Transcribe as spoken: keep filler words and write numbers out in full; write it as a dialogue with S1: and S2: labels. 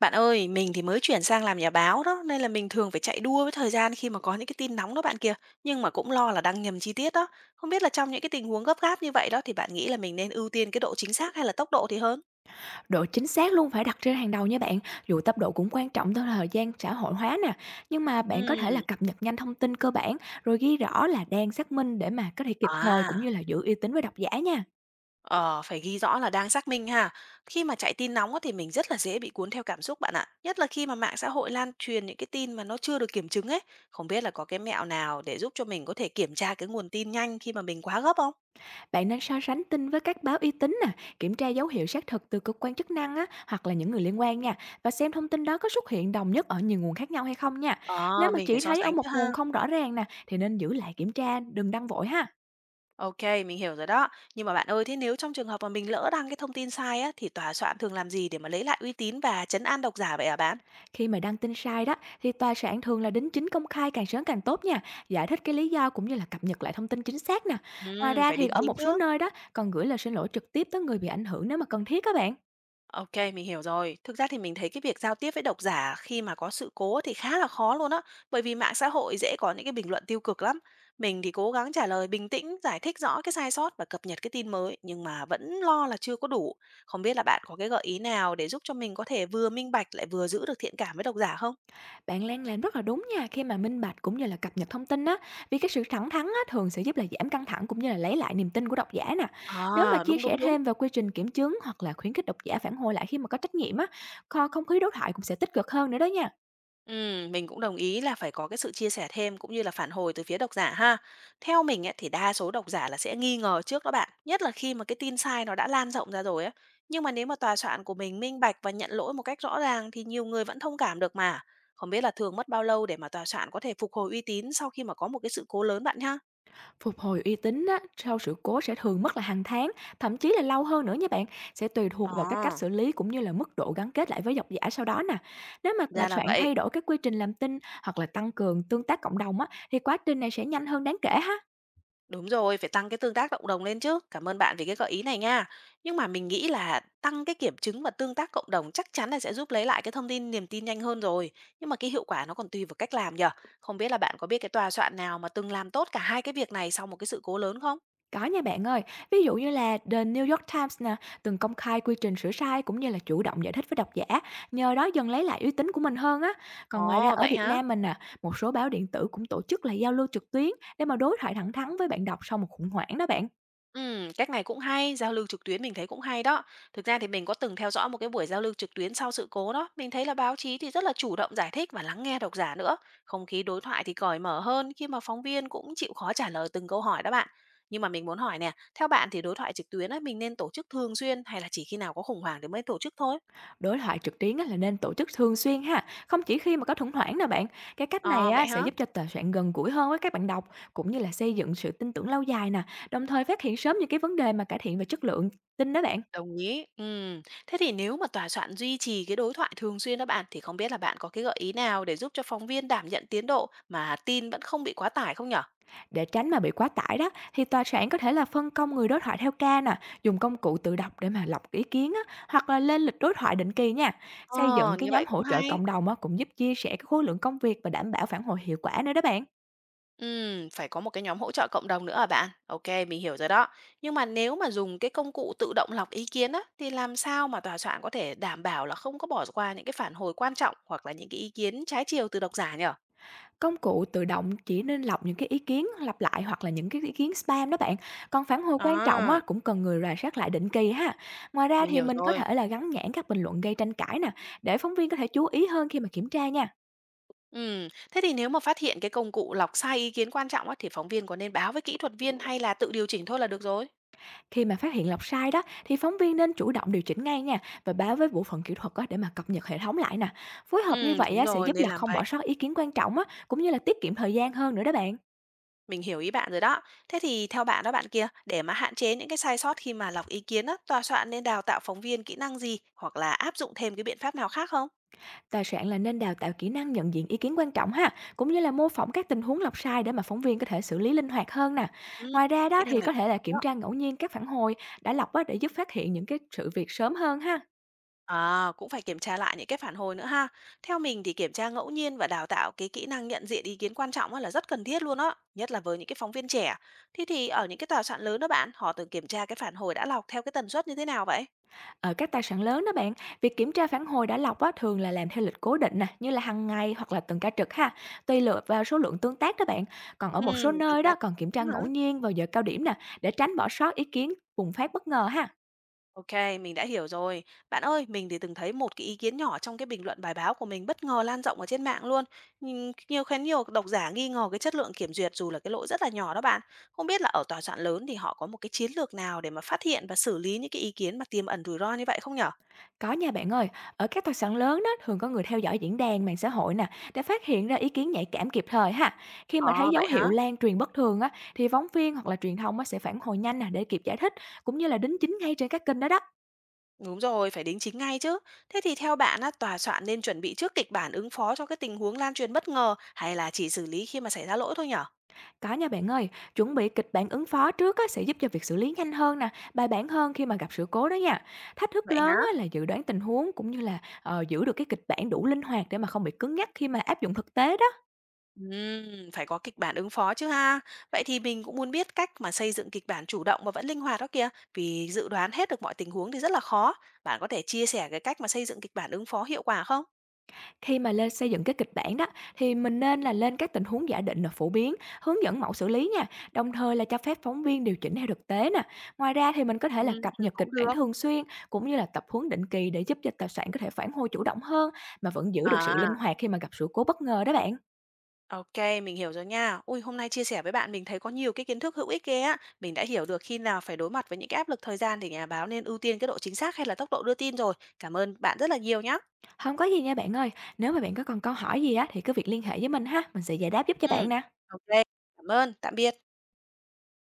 S1: Bạn ơi, mình thì mới chuyển sang làm nhà báo đó, nên là mình thường phải chạy đua với thời gian khi mà có những cái tin nóng đó bạn kia, nhưng mà cũng lo là đăng nhầm chi tiết đó. Không biết là trong những cái tình huống gấp gáp như vậy đó thì bạn nghĩ là mình nên ưu tiên cái độ chính xác hay là tốc độ thì hơn?
S2: Độ chính xác luôn phải đặt trên hàng đầu nha bạn, dù tốc độ cũng quan trọng theo thời gian xã hội hóa nè, nhưng mà bạn có thể là
S1: Ừm,
S2: cập nhật nhanh thông tin cơ bản rồi ghi rõ là đang xác minh để mà có thể kịp thời cũng
S1: à,
S2: như là giữ uy tín với độc giả nha.
S1: ờ, phải ghi rõ là đang xác minh ha. Khi mà chạy tin nóng á thì mình rất là dễ bị cuốn theo cảm xúc bạn ạ, nhất là khi mà mạng xã hội lan truyền những cái tin mà nó chưa được kiểm chứng ấy. Không biết là có cái mẹo nào để giúp cho mình có thể kiểm tra cái nguồn tin nhanh khi mà mình quá gấp không?
S2: Bạn nên so sánh tin với các báo uy tín nè, kiểm tra dấu hiệu xác thực từ cơ quan chức năng á, hoặc là những người liên quan nha, và xem thông tin đó có xuất hiện đồng nhất ở nhiều nguồn khác nhau hay không nha. Nếu
S1: Ờ,
S2: mà
S1: mình
S2: chỉ
S1: phải so
S2: thấy ở
S1: sánh
S2: một
S1: chứ ha.
S2: nguồn không rõ ràng nè thì nên giữ lại kiểm tra, đừng đăng vội ha.
S1: OK, mình hiểu rồi đó. Nhưng mà bạn ơi, thế nếu trong trường hợp mà mình lỡ đăng cái thông tin sai á, thì tòa soạn thường làm gì để mà lấy lại uy tín và trấn an độc giả vậy hả bạn?
S2: Khi mà đăng tin sai đó thì tòa soạn thường là đính chính công khai càng sớm càng tốt nha, giải thích cái lý do cũng như là cập nhật lại thông tin chính xác nè. Ngoài
S1: Ừm,
S2: ra
S1: phải
S2: thì
S1: đính
S2: ở
S1: chính
S2: một số
S1: chứ.
S2: nơi đó còn gửi lời xin lỗi trực tiếp tới người bị ảnh hưởng nếu mà cần thiết các bạn.
S1: OK, mình hiểu rồi. Thực ra thì mình thấy cái việc giao tiếp với độc giả khi mà có sự cố thì khá là khó luôn á, bởi vì mạng xã hội dễ có những cái bình luận tiêu cực lắm. Mình thì cố gắng trả lời bình tĩnh, giải thích rõ cái sai sót và cập nhật cái tin mới, nhưng mà vẫn lo là chưa có đủ. Không biết là bạn có cái gợi ý nào để giúp cho mình có thể vừa minh bạch lại vừa giữ được thiện cảm với độc giả không?
S2: Bạn Lan làm rất là đúng nha, khi mà minh bạch cũng như là cập nhật thông tin á, vì cái sự thẳng thắn á thường sẽ giúp là giảm căng thẳng cũng như là lấy lại niềm tin của độc giả nè. Nếu mà
S1: À,
S2: chia
S1: đúng
S2: sẻ
S1: đúng đúng.
S2: thêm về quy trình kiểm chứng hoặc là khuyến khích độc giả phản hồi lại khi mà có trách nhiệm á, kho- không khí đối thoại cũng sẽ tích cực hơn nữa đó nha.
S1: Ừm, mình cũng đồng ý là phải có cái sự chia sẻ thêm cũng như là phản hồi từ phía độc giả ha. Theo mình ấy, thì đa số độc giả là sẽ nghi ngờ trước đó bạn, nhất là khi mà cái tin sai nó đã lan rộng ra rồi á. Nhưng mà nếu mà tòa soạn của mình minh bạch và nhận lỗi một cách rõ ràng thì nhiều người vẫn thông cảm được mà. Không biết là thường mất bao lâu để mà tòa soạn có thể phục hồi uy tín sau khi mà có một cái sự cố lớn bạn ha?
S2: Phục hồi uy tín á, sau sự cố sẽ thường mất là hàng tháng, thậm chí là lâu hơn nữa nha bạn, sẽ tùy
S1: Ồ,
S2: thuộc vào các cách xử lý cũng như là mức độ gắn kết lại với độc giả sau đó nè. Nếu mà tòa
S1: ra là
S2: soạn
S1: vậy.
S2: thay đổi các quy trình làm tin hoặc là tăng cường tương tác cộng đồng á, thì quá trình này sẽ nhanh hơn đáng kể ha.
S1: Đúng rồi, phải tăng cái tương tác cộng đồng lên chứ. Cảm ơn bạn vì cái gợi ý này nha. Nhưng mà mình nghĩ là tăng cái kiểm chứng và tương tác cộng đồng chắc chắn là sẽ giúp lấy lại cái thông tin niềm tin nhanh hơn rồi. Nhưng mà cái hiệu quả nó còn tùy vào cách làm nhờ. Không biết là bạn có biết cái tòa soạn nào mà từng làm tốt cả hai cái việc này sau một cái sự cố lớn không?
S2: Có nha bạn ơi, ví dụ như là The New York Times nè, từng công khai quy trình sửa sai cũng như là chủ động giải thích với độc giả, nhờ đó dần lấy lại uy tín của mình hơn á. Còn ngoài ra
S1: Ồ,
S2: ở
S1: vậy
S2: Việt
S1: hả?
S2: Nam mình nè, một số báo điện tử cũng tổ chức là giao lưu trực tuyến để mà đối thoại thẳng thắn với bạn đọc sau một khủng hoảng đó bạn.
S1: Ừm, cách này cũng hay, giao lưu trực tuyến mình thấy cũng hay đó. Thực ra thì mình có từng theo dõi một cái buổi giao lưu trực tuyến sau sự cố đó. Mình thấy là báo chí thì rất là chủ động giải thích và lắng nghe độc giả nữa. Không khí đối thoại thì cởi mở hơn khi mà phóng viên cũng chịu khó trả lời từng câu hỏi đó bạn. Nhưng mà mình muốn hỏi nè, theo bạn thì đối thoại trực tuyến ấy, mình nên tổ chức thường xuyên hay là chỉ khi nào có khủng hoảng thì mới tổ chức thôi?
S2: Đối thoại trực tuyến á là nên tổ chức thường xuyên ha, không chỉ khi mà có khủng hoảng nè bạn. Cái cách này
S1: Ờ,
S2: á
S1: vậy
S2: sẽ
S1: hả?
S2: giúp cho tờ soạn gần gũi hơn với các bạn đọc cũng như là xây dựng sự tin tưởng lâu dài nè, đồng thời phát hiện sớm những cái vấn đề mà cải thiện về chất lượng tin đó bạn.
S1: Đồng ý. Ừm, thế thì nếu mà tòa soạn duy trì cái đối thoại thường xuyên đó bạn, thì không biết là bạn có cái gợi ý nào để giúp cho phóng viên đảm nhận tiến độ mà tin vẫn không bị quá tải không nhở?
S2: Để tránh mà bị quá tải đó thì tòa soạn có thể là phân công người đối thoại theo ca nè, dùng công cụ tự đọc để mà lọc ý kiến á, hoặc là lên lịch đối thoại định kỳ nha. Xây dựng
S1: Ờ,
S2: cái
S1: như
S2: nhóm
S1: vậy
S2: hỗ
S1: cũng
S2: trợ
S1: hay.
S2: cộng đồng á, cũng giúp chia sẻ cái khối lượng công việc và đảm bảo phản hồi hiệu quả nữa đó bạn.
S1: Ừm, phải có một cái nhóm hỗ trợ cộng đồng nữa à bạn? Ok, mình hiểu rồi đó. Nhưng mà nếu mà dùng cái công cụ tự động lọc ý kiến á, thì làm sao mà tòa soạn có thể đảm bảo là không có bỏ qua những cái phản hồi quan trọng hoặc là những cái ý kiến trái chiều từ độc giả nhở?
S2: Công cụ tự động chỉ nên lọc những cái ý kiến lặp lại hoặc là những cái ý kiến spam đó bạn. Còn phản hồi quan trọng
S1: À,
S2: á, cũng cần người rà soát lại định kỳ ha. Ngoài ra
S1: mình
S2: thì
S1: hiểu
S2: mình có
S1: rồi.
S2: thể là gắn nhãn các bình luận gây tranh cãi nè, để phóng viên có thể chú ý hơn khi mà kiểm tra nha.
S1: Ừm, thế thì nếu mà phát hiện cái công cụ lọc sai ý kiến quan trọng á, thì phóng viên có nên báo với kỹ thuật viên hay là tự điều chỉnh thôi là được rồi?
S2: Khi mà phát hiện lọc sai đó thì phóng viên nên chủ động điều chỉnh ngay nha, và báo với bộ phận kỹ thuật á để mà cập nhật hệ thống lại nè. Phối hợp như
S1: Ừm,
S2: vậy
S1: đúng
S2: á sẽ
S1: rồi,
S2: giúp
S1: nên
S2: là
S1: làm
S2: không
S1: vậy.
S2: bỏ sót ý kiến quan trọng á, cũng như là tiết kiệm thời gian hơn nữa đó bạn.
S1: Mình hiểu ý bạn rồi đó. Thế thì theo bạn đó bạn kia, để mà hạn chế những cái sai sót khi mà lọc ý kiến á, tòa soạn nên đào tạo phóng viên kỹ năng gì hoặc là áp dụng thêm cái biện pháp nào khác không?
S2: Tài soạn là nên đào tạo kỹ năng nhận diện ý kiến quan trọng ha, cũng như là mô phỏng các tình huống lọc sai để mà phóng viên có thể xử lý linh hoạt hơn nè.
S1: Ừm,
S2: Ngoài ra
S1: kỹ
S2: đó thì
S1: năng này
S2: có
S1: quan
S2: thể là
S1: trọng
S2: kiểm
S1: đó.
S2: tra ngẫu nhiên các phản hồi đã lọc á để giúp phát hiện những cái sự việc sớm hơn ha.
S1: À, cũng phải kiểm tra lại những cái phản hồi nữa ha. Theo mình thì kiểm tra ngẫu nhiên và đào tạo cái kỹ năng nhận diện ý kiến quan trọng á là rất cần thiết luôn á, nhất là với những cái phóng viên trẻ. Thế thì ở những cái tòa soạn lớn đó bạn, họ thường kiểm tra cái phản hồi đã lọc theo cái tần suất như thế nào vậy?
S2: Ở các tài sản lớn đó bạn, việc kiểm tra phản hồi đã lọc á, thường là làm theo lịch cố định nè, như là hàng ngày hoặc là tuần ca trực ha, tùy lựa vào số lượng tương tác đó bạn. Còn ở
S1: Ừ,
S2: một số
S1: từng
S2: nơi đó
S1: cái
S2: còn kiểm tra
S1: cũng
S2: ngẫu
S1: hả?
S2: nhiên vào giờ cao điểm nè, để tránh bỏ sót ý kiến bùng phát bất ngờ ha.
S1: Ok, mình đã hiểu rồi. Bạn ơi, mình thì từng thấy một cái ý kiến nhỏ trong cái bình luận bài báo của mình bất ngờ lan rộng ở trên mạng luôn. Nhìn nhiều khiến nhiều độc giả nghi ngờ cái chất lượng kiểm duyệt dù là cái lỗi rất là nhỏ đó bạn. Không biết là ở tòa soạn lớn thì họ có một cái chiến lược nào để mà phát hiện và xử lý những cái ý kiến mà tiềm ẩn rủi ro như vậy không nhở?
S2: Có nha bạn ơi, ở các tài sản lớn đó thường có người theo dõi diễn đàn mạng xã hội nè, để phát hiện ra ý kiến nhạy cảm kịp thời ha. Khi
S1: Ờ,
S2: mà thấy dấu
S1: vậy
S2: hiệu
S1: hả?
S2: lan truyền bất thường á, thì phóng viên hoặc là truyền thông á, sẽ phản hồi nhanh nè để kịp giải thích, cũng như là đính chính ngay trên các kênh đó đó.
S1: Đúng rồi, phải đính chính ngay chứ. Thế thì theo bạn á, tòa soạn nên chuẩn bị trước kịch bản ứng phó cho cái tình huống lan truyền bất ngờ hay là chỉ xử lý khi mà xảy ra lỗi thôi nhở?
S2: Có nha bạn ơi, chuẩn bị kịch bản ứng phó trước á, sẽ giúp cho việc xử lý nhanh hơn nè, bài bản hơn khi mà gặp sự cố đó nha. Thách thức
S1: Vậy hả?
S2: lớn á, là dự đoán tình huống cũng như là ờ, giữ được cái kịch bản đủ linh hoạt để mà không bị cứng nhắc khi mà áp dụng thực tế đó.
S1: Ừm, phải có kịch bản ứng phó chứ ha. Vậy thì mình cũng muốn biết cách mà xây dựng kịch bản chủ động mà vẫn linh hoạt đó kìa, vì dự đoán hết được mọi tình huống thì rất là khó. Bạn có thể chia sẻ cái cách mà xây dựng kịch bản ứng phó hiệu quả không?
S2: Khi mà lên xây dựng cái kịch bản đó thì mình nên là lên các tình huống giả định là phổ biến, hướng dẫn mẫu xử lý nha, đồng thời là cho phép phóng viên điều chỉnh theo thực tế nè. Ngoài ra thì mình có thể
S1: Ừm,
S2: là cập nhật
S1: cũng
S2: kịch bản
S1: được.
S2: thường xuyên cũng như là tập huấn định kỳ để giúp cho tài sản có thể phản hồi chủ động hơn mà vẫn giữ được sự linh
S1: À,
S2: hoạt khi mà gặp sự cố bất ngờ đó bạn.
S1: ok, mình hiểu rồi nha. Ui, hôm nay chia sẻ với bạn mình thấy có nhiều cái kiến thức hữu ích ghê á. Mình đã hiểu được khi nào phải đối mặt với những cái áp lực thời gian thì nhà báo nên ưu tiên cái độ chính xác hay là tốc độ đưa tin rồi. Cảm ơn bạn rất là nhiều nhá.
S2: Không có gì nha bạn ơi. Nếu mà bạn có còn câu hỏi gì á thì cứ việc liên hệ với mình ha, mình sẽ giải đáp giúp cho
S1: Ừ,
S2: bạn nè.
S1: ok, cảm ơn, tạm biệt.